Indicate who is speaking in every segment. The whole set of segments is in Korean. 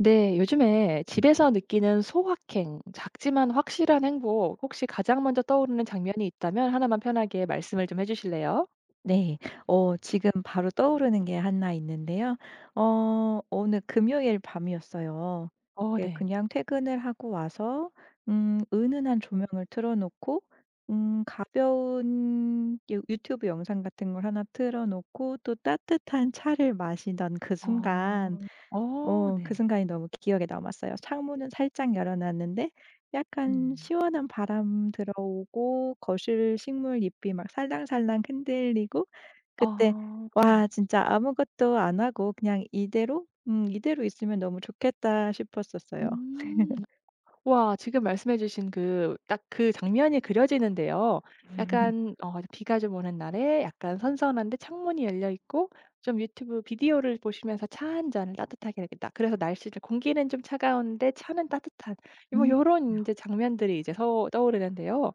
Speaker 1: 네, 요즘에 집에서 느끼는 소확행, 작지만 확실한 행복, 혹시 가장 먼저 떠오르는 장면이 있다면 하나만 편하게 말씀을 좀 해주실래요?
Speaker 2: 네. 지금 바로 떠오르는 게 한나 있는데요. 오늘 금요일 밤이었어요.
Speaker 1: 어,
Speaker 2: 예
Speaker 1: 네.
Speaker 2: 그냥 퇴근을 하고 와서 은은한 조명을 틀어 놓고 가벼운 유 유튜브 영상 같은 걸 하나 틀어 놓고 또 따뜻한 차를 마시던 그
Speaker 1: 어,
Speaker 2: 순간
Speaker 1: 어, 네.
Speaker 2: 그 순간이 너무 기억에 남았어요. 창문은 살짝 열어 놨는데 약간
Speaker 1: 음.
Speaker 2: 시원한 바람 들어오고 거실 식물 잎이 막 살랑살랑 흔들리고 그때
Speaker 1: 아,
Speaker 2: '와 진짜 아무것도 안 하고 그냥 이대로 이대로 있으면 너무 좋겠다.' 싶었었어요.
Speaker 1: 음. 와, 지금 말씀해 주신 그 딱 그 장면이 그려지는데요. 약간 비가 좀 오는 날에 약간 선선한데 창문이 열려 있고 좀 유튜브 비디오를 보시면서 차 한 잔을 따뜻하게 이렇게 딱. 그래서 날씨를 공기는 좀 차가운데 차는 따뜻한 뭐
Speaker 2: 음.
Speaker 1: 요런
Speaker 2: 그래요.
Speaker 1: 이제 장면들이 이제 서 떠오르는데요.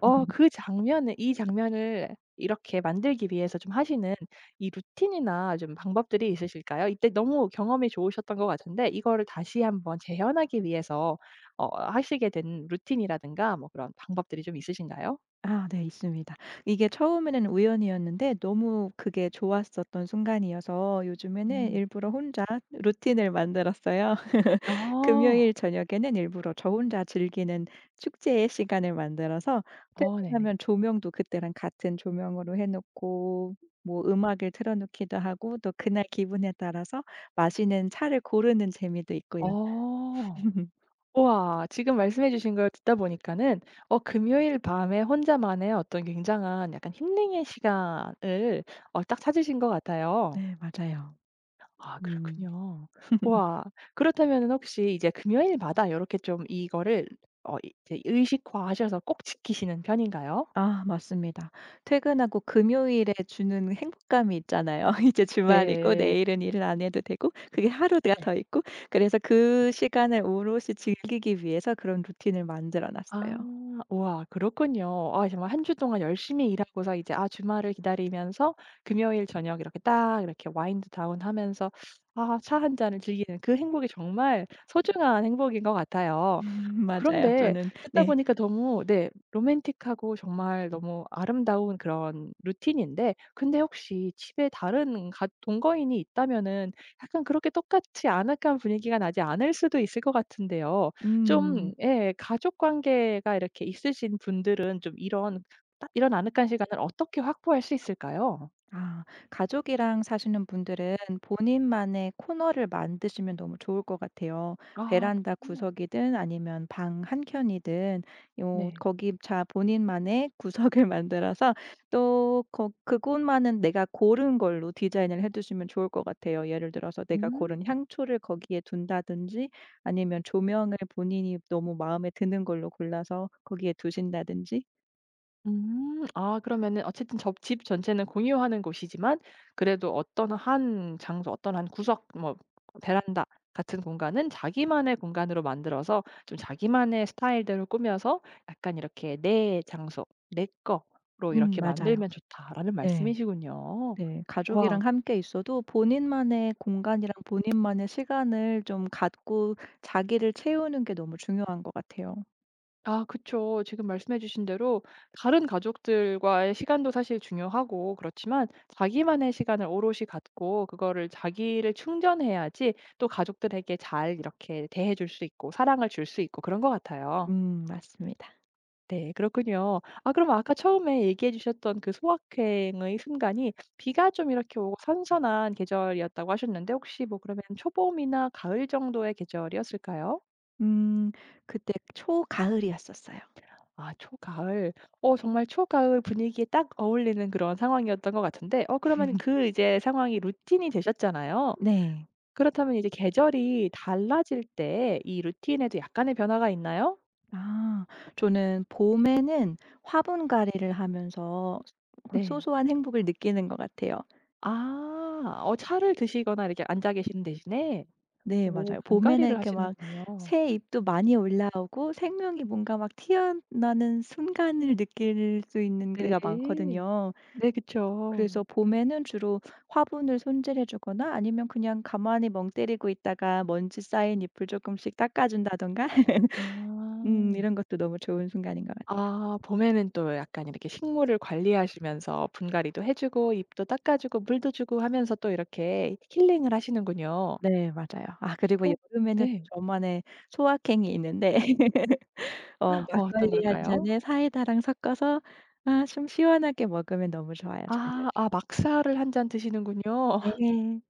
Speaker 1: 어 그 장면을 이 장면을 이렇게 만들기 위해서 좀 하시는 이 루틴이나 좀 방법들이 있으실까요? 이때 너무 경험이 좋으셨던 것 같은데, 이거를 다시 한번 재현하기 위해서 하시게 된 루틴이라든가 뭐 그런 방법들이 좀 있으신가요?
Speaker 2: 아 네 있습니다. 이게 처음에는 우연이었는데 너무 그게 좋았었던 순간이어서 요즘에는
Speaker 1: 음.
Speaker 2: 일부러 혼자 루틴을 만들었어요.
Speaker 1: 아.
Speaker 2: 금요일 저녁에는 일부러 저 혼자 즐기는 축제의 시간을 만들어서
Speaker 1: 어, 네네.
Speaker 2: 퇴근하면 조명도 그때랑 같은 조명으로 해 놓고 뭐 음악을 틀어 놓기도 하고 또 그날 기분에 따라서 마시는 차를 고르는 재미도 있고요.
Speaker 1: 어. 우와. 지금 말씀해 주신 걸 듣다 보니까는 금요일 밤에 혼자만의 어떤 굉장한 약간 힐링의 시간을 딱 찾으신 것 같아요.
Speaker 2: 네 맞아요.
Speaker 1: 아,
Speaker 2: 음.
Speaker 1: 그렇군요. 우와. 그렇다면은 혹시 이제 금요일마다 요렇게 좀 이거를 이제 의식화하셔서 꼭 지키시는 편인가요?
Speaker 2: 아 맞습니다. 퇴근하고 금요일에 주는 행복감이 있잖아요. 이제 주말이고
Speaker 1: 네.
Speaker 2: 내일은 일을 안 해도 되고 그게 하루가
Speaker 1: 네.
Speaker 2: 더 있고 그래서 그 시간을 오롯이 즐기기 위해서 그런 루틴을 만들어
Speaker 1: 아.
Speaker 2: 놨어요.
Speaker 1: 우와, 그렇군요. 아, 정말 한 주 동안 열심히 일하고서 이제 아 주말을 기다리면서 금요일 저녁 이렇게 딱 이렇게 와인드 다운 하면서 아 차 한 잔을 즐기는 그 행복이 정말 소중한 행복인 것 같아요.
Speaker 2: 맞아요.
Speaker 1: 그런데
Speaker 2: 저는
Speaker 1: 듣다
Speaker 2: 네.
Speaker 1: 보니까 너무, 네, 로맨틱하고 정말 너무 아름다운 그런 루틴인데 근데 혹시 집에 다른 가 동거인이 있다면은 약간 그렇게 똑같지 아늑한 분위기가 나지 않을 수도 있을 것 같은데요. 좀,
Speaker 2: 음.
Speaker 1: 예, 가족 관계가 이렇게 있으신 분들은 좀 이런 딱 이런 아늑한 시간을 어떻게 확보할 수 있을까요?
Speaker 2: 아 가족이랑 사시는 분들은 본인만의 코너를 만드시면 너무 좋을 것 같아요.
Speaker 1: 아 보
Speaker 2: 베란다
Speaker 1: 통
Speaker 2: 구석이든 아니면 방 한켠이든 요
Speaker 1: 네.
Speaker 2: 거기 자 본인만의 구석을 만들어서 또 거 그곳만은 내가 고른 걸로 디자인을 해 두시면 좋을 것 같아요. 예를 들어서 내가
Speaker 1: 음.
Speaker 2: 고른 향초를 거기에 둔다든지 아니면 조명을 본인이 너무 마음에 드는 걸로 골라서 거기에 두신다든지.
Speaker 1: 음. 아 그러면은 어쨌든 접 집 전체는 공유하는 곳이지만 그래도 어떤 한 장소 어떤 한 구석 뭐 베란다 같은 공간은 자기만의 공간으로 만들어서 좀 자기만의 스타일대로 꾸며서 약간 이렇게 '내 장소, 내 거'로 이렇게
Speaker 2: 맞아요.
Speaker 1: 만들면 좋다라는
Speaker 2: 네.
Speaker 1: 말씀이시군요.
Speaker 2: 네.
Speaker 1: 와.
Speaker 2: 가족이랑 함께 있어도 본인만의 공간이랑 본인만의 시간을 좀 갖고 자기를 채우는 게 너무 중요한 것 같아요.
Speaker 1: 아, 그쵸. 지금 말씀해 주신 대로 다른 가족들과의 시간도 사실 중요하고 그렇지만 자기만의 시간을 오롯이 갖고 그거를 자기를 충전해야지 또 가족들에게 잘 이렇게 대해 줄 수 있고 사랑을 줄 수 있고 그런 것 같아요.
Speaker 2: 맞습니다.
Speaker 1: 네, 그렇군요. 아, 그럼 아까 처음에 얘기해 주셨던 그 소확행의 순간이 비가 좀 이렇게 오고 선선한 계절이었다고 하셨는데 혹시 뭐 그러면 초봄이나 가을 정도의 계절이었을까요?
Speaker 2: 음. 그때 초가을이었었어요.
Speaker 1: 아, 초가을. 어 정말 초가을 분위기에 딱 어울리는 그런 상황이었던 것 같은데, 그러면 그 이제 상황이 루틴이 되셨잖아요.
Speaker 2: 네.
Speaker 1: 그렇다면 이제 계절이 달라질 때 이 루틴에도 약간의 변화가 있나요?
Speaker 2: 아. 저는 봄에는 화분갈이를 하면서
Speaker 1: 네.
Speaker 2: 소소한 행복을 느끼는 것 같아요.
Speaker 1: 아. 어 차를 드시거나 이렇게 앉아 계시는 대신에
Speaker 2: 네
Speaker 1: 오
Speaker 2: 맞아요. 봄에는
Speaker 1: 분갈이를
Speaker 2: 이렇게 막
Speaker 1: 하시는군요.
Speaker 2: 새 잎도 많이 올라오고 생명이 뭔가 막 튀어나는 순간을 느낄 수 있는 때가
Speaker 1: 네.
Speaker 2: 많거든요.
Speaker 1: 네, 그쵸.
Speaker 2: 그래서 봄에는 주로 화분을 손질해 주거나 아니면 그냥 가만히 멍 때리고 있다가 먼지 쌓인 잎을 조금씩 닦아 준다든가
Speaker 1: 아.
Speaker 2: 이런 것도 너무 좋은 순간인 것 같아요.
Speaker 1: 아, 봄에는 또 약간 이렇게 식물을 관리하시면서 분갈이도 해 주고 잎도 닦아 주고 물도 주고 하면서 또 이렇게 힐링을 하시는군요.
Speaker 2: 네 맞아요. 아 그리고
Speaker 1: 어,
Speaker 2: 여름에는 또
Speaker 1: 네.
Speaker 2: 저만의 소확행이 있는데
Speaker 1: 어, 어떤
Speaker 2: 막걸리 한
Speaker 1: 걸까요?
Speaker 2: 잔에 사이다랑 섞어서 아 좀 시원하게 먹으면 너무 좋아요 저녁에.
Speaker 1: 아. 아, 막사를 한 잔 드시는군요.
Speaker 2: 네.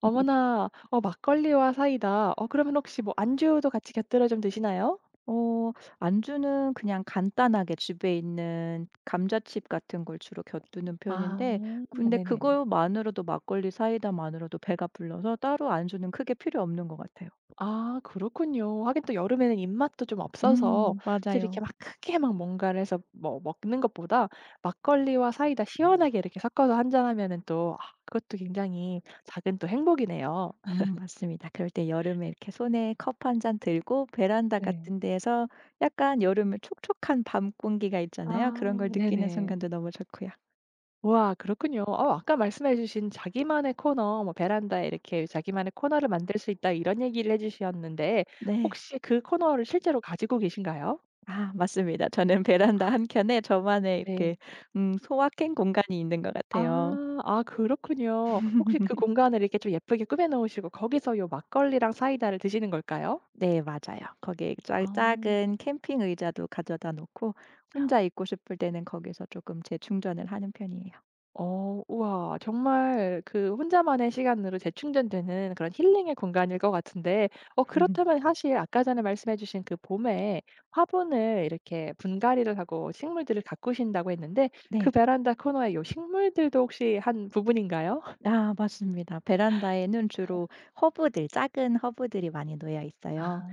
Speaker 1: 어머나. 어, 막걸리와 사이다. 어 그러면 혹시 뭐 안주도 같이 곁들여 좀 드시나요?
Speaker 2: 어 안주는 그냥 간단하게 집에 있는 감자칩 같은 걸 주로 곁두는
Speaker 1: 아,
Speaker 2: 편인데 근데
Speaker 1: 네네.
Speaker 2: 그거만으로도 막걸리 사이다만으로도 배가 불러서 따로 안주는 크게 필요 없는 것 같아요.
Speaker 1: 아, 그렇군요. 하긴 또 여름에는 입맛도 좀 없어서 사실 이렇게
Speaker 2: 맞아요.
Speaker 1: 막 크게 막 뭔가를 해서 뭐 먹는 것보다 막걸리와 사이다 시원하게 이렇게 섞어서 한 잔 하면은 또 아 그것도 굉장히 작은 또 행복이네요.
Speaker 2: 맞습니다. 그럴 때 여름에 이렇게 손에 컵 한잔 들고 베란다
Speaker 1: 네.
Speaker 2: 같은 데에서 약간 여름에 촉촉한 밤 공기가 있잖아요. 그런 걸
Speaker 1: 아,
Speaker 2: 느끼는
Speaker 1: 네네.
Speaker 2: 순간도 너무 좋고요.
Speaker 1: 우와, 그렇군요. 어 아까 말씀해 주신 자기만의 코너 뭐 베란다에 이렇게 자기만의 코너를 만들 수 있다 이런 얘기를 해 주셨는데
Speaker 2: 네.
Speaker 1: 혹시 그 코너를 실제로 가지고 계신가요?
Speaker 2: 아 맞습니다. 저는 베란다 한켠에 저만의 이렇게
Speaker 1: 네.
Speaker 2: 소확행 공간이 있는 것 같아요.
Speaker 1: 아. 아, 그렇군요. 혹시 그 공간을 이렇게 좀 예쁘게 꾸며 놓으시고 거기서 요 막걸리랑 사이다를 드시는 걸까요?
Speaker 2: 네 맞아요. 거기에 짜
Speaker 1: 아.
Speaker 2: 작은 캠핑 의자도 가져다 놓고 혼자 있고 싶을 때는 거기서 조금 재충전을 하는 편이에요.
Speaker 1: 어. 우와. 정말 그 혼자만의 시간으로 재충전되는 그런 힐링의 공간일 것 같은데, 그렇다면 사실 아까 전에 말씀해 주신 그 봄에 화분을 이렇게 분갈이를 하고 식물들을 가꾸신다고 했는데 그
Speaker 2: 네.
Speaker 1: 베란다 코너에 요 식물들도 혹시 한 부분인가요?
Speaker 2: 아 맞습니다. 베란다에는 주로 허브들 작은 허브들이 많이 놓여 있어요.
Speaker 1: 아,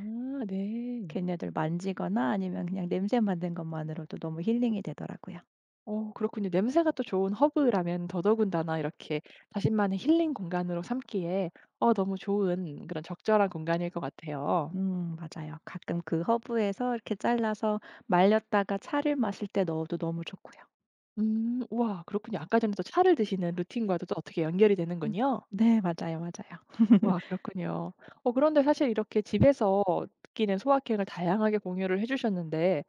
Speaker 1: 네.
Speaker 2: 걔네들 만지거나 아니면 그냥 냄새 맡는 것만으로도 너무 힐링이 되더라고요.
Speaker 1: 어, 그렇군요. 냄새가 또 좋은 허브라면 더더군다나 이렇게 자신만의 힐링 공간으로 삼기에 너무 좋은 그런 적절한 공간일 것 같아요.
Speaker 2: 맞아요. 가끔 그 허브에서 이렇게 잘라서 말렸다가 차를 마실 때 넣어도 너무 좋고요.
Speaker 1: 음, 우와, 그렇군요. 아까 전에 또 차를 드시는 루틴과도 또 어떻게 연결이
Speaker 2: 음.
Speaker 1: 되는군요.
Speaker 2: 네 맞아요, 맞아요.
Speaker 1: 와, 그렇군요. 어 그런데 사실 이렇게 집에서 느끼는 소확행을 다양하게 공유를 해 주셨는데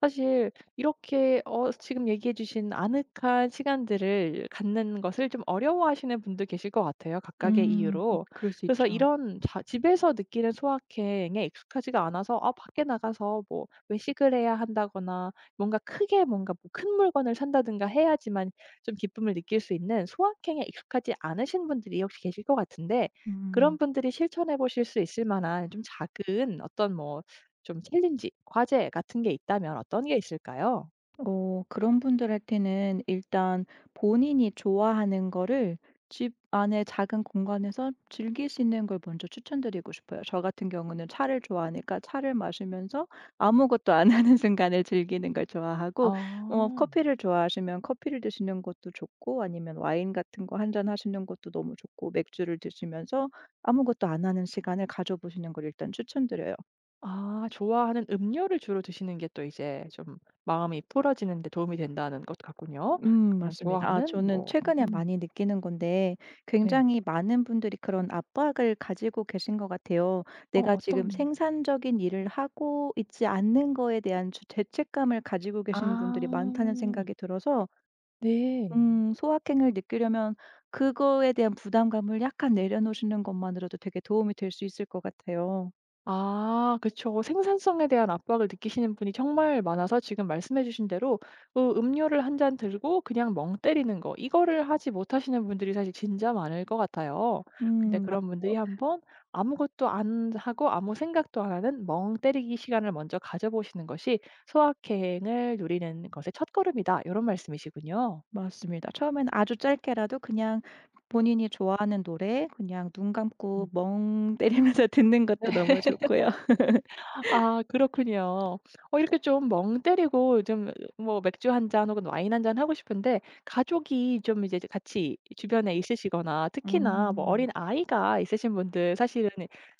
Speaker 1: 사실 이렇게 지금 얘기해 주신 아늑한 시간들을 갖는 것을 좀 어려워하시는 분도 계실 것 같아요, 각각의
Speaker 2: 음
Speaker 1: 이유로.
Speaker 2: 그럴 수
Speaker 1: 그래서
Speaker 2: 있죠.
Speaker 1: 이런 자 집에서 느끼는 소확행에 익숙하지가 않아서 아 밖에 나가서 뭐 외식을 해야 한다거나 뭔가 크게 뭔가 뭐큰 물건을 산다든가 해야지만 좀 기쁨을 느낄 수 있는 소확행에 익숙하지 않으신 분들이 혹시 계실 것 같은데 그런
Speaker 2: 음.
Speaker 1: 분들이 실천해 보실 수 있을 만한 좀 작은 어떤 뭐 좀 챌린지, 과제 같은 게 있다면 어떤 게 있을까요?
Speaker 2: 그런 분들한테는 일단 본인이 좋아하는 거를 집 안에 작은 공간에서 즐기시는 걸 먼저 추천드리고 싶어요. 저 같은 경우는 차를 좋아하니까 차를 마시면서 아무것도 안 하는 순간을 즐기는 걸 좋아하고
Speaker 1: 아.
Speaker 2: 커피를 좋아하시면 커피를 드시는 것도 좋고 아니면 와인 같은 거 한 잔 하시는 것도 너무 좋고 맥주를 드시면서 아무것도 안 하는 시간을 가져보시는 걸 일단 추천드려요.
Speaker 1: 아, 좋아하는 음료를 주로 드시는 게 또 이제 좀 마음이 풀어지는 데 도움이 된다는 것 같군요. 그러면
Speaker 2: 맞습니다. 아
Speaker 1: 좋아하는
Speaker 2: 저는
Speaker 1: 뭐
Speaker 2: 최근에
Speaker 1: 음.
Speaker 2: 많이 느끼는 건데
Speaker 1: 네.
Speaker 2: 굉장히 많은 분들이 그런 압박을 가지고 계신 것 같아요.
Speaker 1: 어,
Speaker 2: 내가 지금
Speaker 1: 어떤.
Speaker 2: 생산적인 일을 하고 있지 않는 거에 대한 주 죄책감을 가지고
Speaker 1: 아.
Speaker 2: 계시는 분들이 많다는 생각이 들어서
Speaker 1: 네.
Speaker 2: 소확행을 느끼려면 그거에 대한 부담감을 약간 내려놓으시는 것만으로도 되게 도움이 될 수 있을 것 같아요.
Speaker 1: 아, 그쵸. 생산성에 대한 압박을 느끼시는 분이 정말 많아서 지금 말씀해 주신 대로 그 음료를 한 잔 들고 그냥 멍 때리는 거 이거를 하지 못하시는 분들이 사실 진짜 많을 것 같아요. 근데 그런 분들이
Speaker 2: 맞아요.
Speaker 1: 한번 아무것도 안 하고 아무 생각도 안 하는 멍 때리기 시간을 먼저 가져 보시는 것이 '소확행을 누리는 것의 첫걸음이다.' 이런 말씀이시군요.
Speaker 2: 맞습니다. 처음에는 아주 짧게라도 그냥 본인이 좋아하는 노래 그냥 눈
Speaker 1: 음.
Speaker 2: 감고 멍 때리면서 듣는 것도 너무 좋고요.
Speaker 1: 아, 그렇군요. 어 이렇게 좀 멍 때리고 좀 뭐 맥주 한 잔 혹은 와인 한 잔 하고 싶은데 가족이 좀 이제 같이 주변에 있으시거나 특히나 뭐 어린
Speaker 2: 음.
Speaker 1: 아이가 있으신 분들 사실은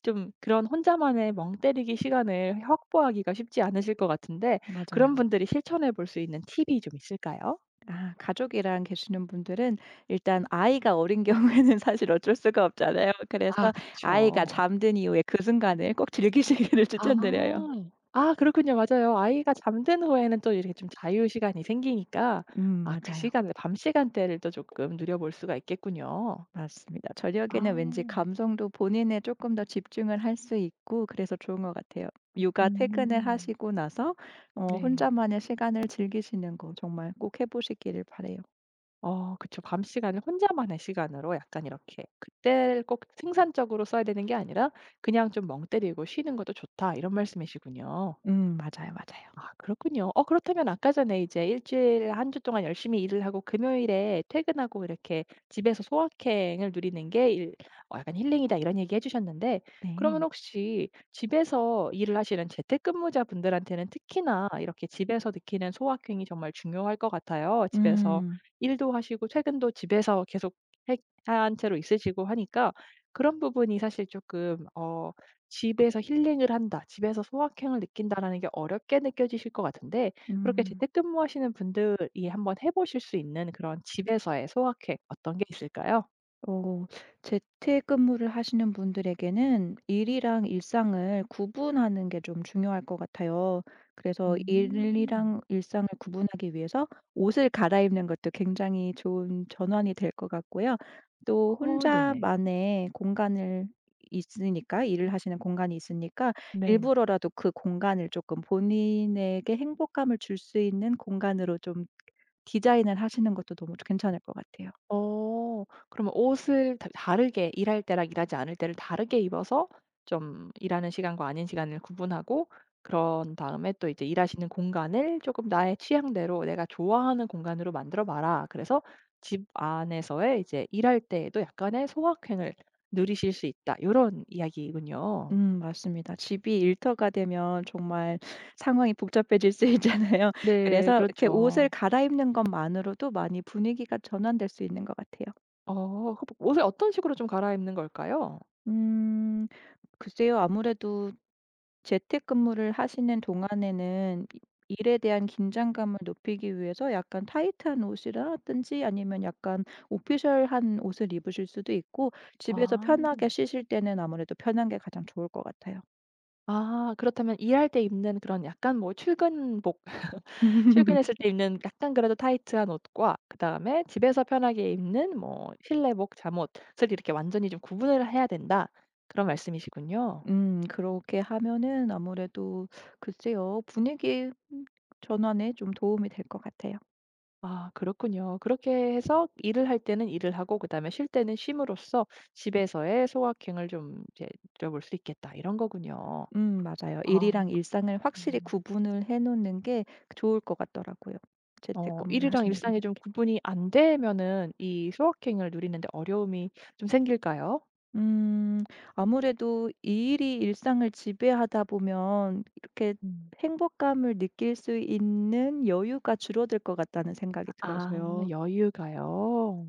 Speaker 1: 좀 그런 혼자만의 멍 때리기 시간을 확보하기가 쉽지 않으실 것 같은데 그런
Speaker 2: 맞아요.
Speaker 1: 분들이 실천해 볼 수 있는 팁이 좀 있을까요?
Speaker 2: 아 가족이랑 계시는 분들은 일단 아이가 어린 경우에는 사실 어쩔 수가 없잖아요.
Speaker 1: 아,
Speaker 2: 그래서 아이가
Speaker 1: 그쵸.
Speaker 2: 잠든 이후에 그 순간을 꼭 즐기시기를
Speaker 1: 아.
Speaker 2: 추천드려요.
Speaker 1: 아, 그렇군요. 맞아요. 아이가 잠든 후에는 또 이렇게 좀 자유 시간이 생기니까 아 그
Speaker 2: 맞아요.
Speaker 1: 시간을 밤 시간대를 또 조금 누려볼 수가 있겠군요.
Speaker 2: 맞습니다. 저녁에는 왠지
Speaker 1: 아.
Speaker 2: 감성도 본인에 조금 더 집중을 할 수 있고 그래서 좋은 것 같아요. 육아 퇴근을
Speaker 1: 음.
Speaker 2: 하시고 나서
Speaker 1: 네.
Speaker 2: 혼자만의 시간을 즐기시는 거 정말 꼭 해 보시기를 바라요.
Speaker 1: 어, 그쵸. 밤 시간을 혼자만의 시간으로 약간 이렇게 그때를 꼭 생산적으로 써야 되는 게 아니라 그냥 좀 '멍 때리고 쉬는 것도 좋다.' 이런 말씀이시군요.
Speaker 2: 맞아요, 맞아요.
Speaker 1: 아, 그렇군요. 그렇다면 아까 전에 이제 일주일 한 주 동안 열심히 일을 하고 금요일에 퇴근하고 이렇게 집에서 소확행을 누리는 게 일 어 약간 힐링이다 이런 얘기 해 주셨는데 그러면
Speaker 2: 네.
Speaker 1: 혹시 집에서 일을 하시는 재택근무자분들한테는 특히나 이렇게 집에서 느끼는 소확행이 정말 중요할 것 같아요. 집에서
Speaker 2: 음.
Speaker 1: 일도 하시고 퇴근도 집에서 계속 해 한 채로 있으시고 하니까 그런 부분이 사실 조금 어 '집에서 힐링을 한다. 집에서 소확행을 느낀다.'라는 게 어렵게 느껴지실 것 같은데 그렇게
Speaker 2: 음.
Speaker 1: 재택근무하시는 분들이 한번 해 보실 수 있는 그런 집에서의 소확행 어떤 게 있을까요?
Speaker 2: 어 재택근무를 하시는 분들에게는 일이랑 일상을 구분하는 게 좀 중요할 것 같아요. 그래서
Speaker 1: 음.
Speaker 2: 일이랑 일상을 구분하기 위해서 옷을 갈아입는 것도 굉장히 좋은 전환이 될 것 같고요. 또
Speaker 1: 어, 네네.
Speaker 2: 혼자만의 공간을 있으니까 일을 하시는 공간이 있으니까
Speaker 1: 네.
Speaker 2: 일부러라도 그 공간을 조금 본인에게 행복감을 줄 수 있는 공간으로 좀 디자인을 하시는 것도 너무 괜찮을 것 같아요.
Speaker 1: 어. 그러면 옷을 다 다르게 일할 때랑 일하지 않을 때를 다르게 입어서 좀 일하는 시간과 아닌 시간을 구분하고 그런 다음에 또 이제 일하시는 공간을 조금 나의 취향대로 내가 좋아하는 공간으로 만들어 봐라. 그래서 집 안에서의 이제 일할 때에도 약간의 소확행을 누리실 수 있다. 이런 이야기군요.
Speaker 2: 맞습니다. 집이 일터가 되면 정말 상황이 복잡해질 수 있잖아요.
Speaker 1: 네.
Speaker 2: 그래서 이렇게 옷을
Speaker 1: 그렇죠.
Speaker 2: 갈아입는 것만으로도 많이 분위기가 전환될 수 있는 것 같아요.
Speaker 1: 어. 그 옷을 어떤 식으로 좀 갈아입는 걸까요?
Speaker 2: 음 글쎄요. 아무래도 재택근무를 하시는 동안에는 이 일에 대한 긴장감을 높이기 위해서 약간 타이트한 옷이라든지 아니면 약간 오피셜한 옷을 입으실 수도 있고 집에서
Speaker 1: 아.
Speaker 2: 편하게 쉬실 때는 아무래도 편한 게 가장 좋을 것 같아요.
Speaker 1: 아, 그렇다면 일할 때 입는 그런 약간 뭐 출근복 출근했을 때 입는 약간 그래도 타이트한 옷과 그다음에 집에서 편하게 입는 뭐 실내복, 잠옷을 이렇게 완전히 좀 구분을 해야 된다. 그런 말씀이시군요.
Speaker 2: 그렇게 하면은 아무래도 글쎄요. 분위기 전환에 좀 도움이 될 것 같아요.
Speaker 1: 아, 그렇군요. 그렇게 해서 일을 할 때는 일을 하고 그다음에 쉴 때는 쉼으로써 집에서의 소확행을 좀 이제 누려볼 수 있겠다 이런 거군요.
Speaker 2: 맞아요.
Speaker 1: 아
Speaker 2: 일이랑
Speaker 1: 그
Speaker 2: 일상을 확실히 구분을 해 놓는 게 좋을 것 같더라고요,
Speaker 1: 어
Speaker 2: 재택근무를
Speaker 1: 일이랑
Speaker 2: 하시는
Speaker 1: 일상이 좀
Speaker 2: 분들에게.
Speaker 1: 구분이 안 되면은 이 소확행을 누리는 데 어려움이 좀 생길까요?
Speaker 2: 음 아무래도 이 일이 일상을 지배하다 보면 이렇게
Speaker 1: 음.
Speaker 2: 행복감을 느낄 수 있는 여유가 줄어들 것 같다는 생각이
Speaker 1: 아,
Speaker 2: 들어서요.
Speaker 1: 여유가요.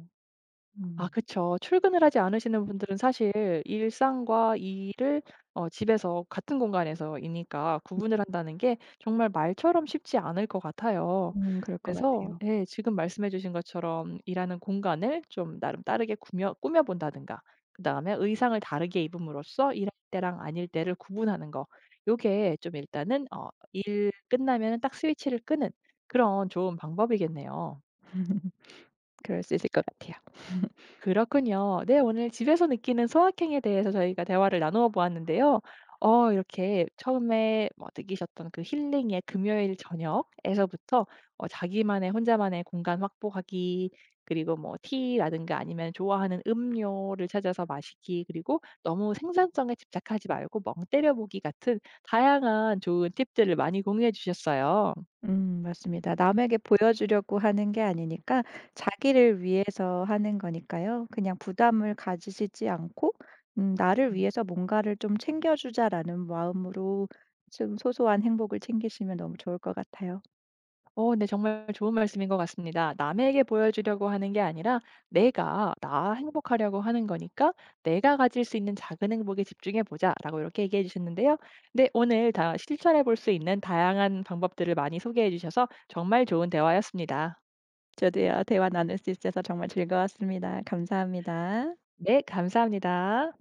Speaker 1: 아,
Speaker 2: 음.
Speaker 1: 그쵸. 출근을 하지 않으시는 분들은 사실 일상과 일을 집에서 같은 공간에서 이니까 구분을 한다는 게 정말 말처럼 쉽지 않을 것 같아요.
Speaker 2: 그럴 것
Speaker 1: 그래서,
Speaker 2: 같아요.
Speaker 1: 예, 지금 말씀해 주신 것처럼 일하는 공간을 좀 나름 다르게 꾸며 본다든가 그다음에 의상을 다르게 입음으로써 일할 때랑 아닐 때를 구분하는 거 요게 좀 일단은 어 일 끝나면 딱 스위치를 끄는 그런 좋은 방법이겠네요.
Speaker 2: 그럴 수 있을 것 같아요.
Speaker 1: 그렇군요. 네, 오늘 집에서 느끼는 소확행에 대해서 저희가 대화를 나누어 보았는데요. 어 이렇게 처음에 뭐 느끼셨던 그 힐링의 금요일 저녁에서부터 자기만의 혼자만의 공간 확보하기 그리고 뭐 티라든가 아니면 좋아하는 음료를 찾아서 마시기 그리고 너무 생산성에 집착하지 말고 멍 때려 보기 같은 다양한 좋은 팁들을 많이 공유해 주셨어요.
Speaker 2: 맞습니다. 남에게 보여주려고 하는 게 아니니까 자기를 위해서 하는 거니까요. 그냥 부담을 가지시지 않고 '나를 위해서 뭔가를 좀 챙겨 주자.'라는 마음으로 좀 소소한 행복을 챙기시면 너무 좋을 것 같아요.
Speaker 1: 어, 네. 정말 좋은 말씀인 것 같습니다. 남에게 보여주려고 하는 게 아니라 내가 나 행복하려고 하는 거니까 '내가 가질 수 있는 작은 행복에 집중해 보자.'라고 이렇게 얘기해 주셨는데요. 네, 오늘 다 실천해 볼 수 있는 다양한 방법들을 많이 소개해 주셔서 정말 좋은 대화였습니다.
Speaker 2: 저도요 대화 나눌 수 있어서 정말 즐거웠습니다. 감사합니다.
Speaker 1: 네, 감사합니다.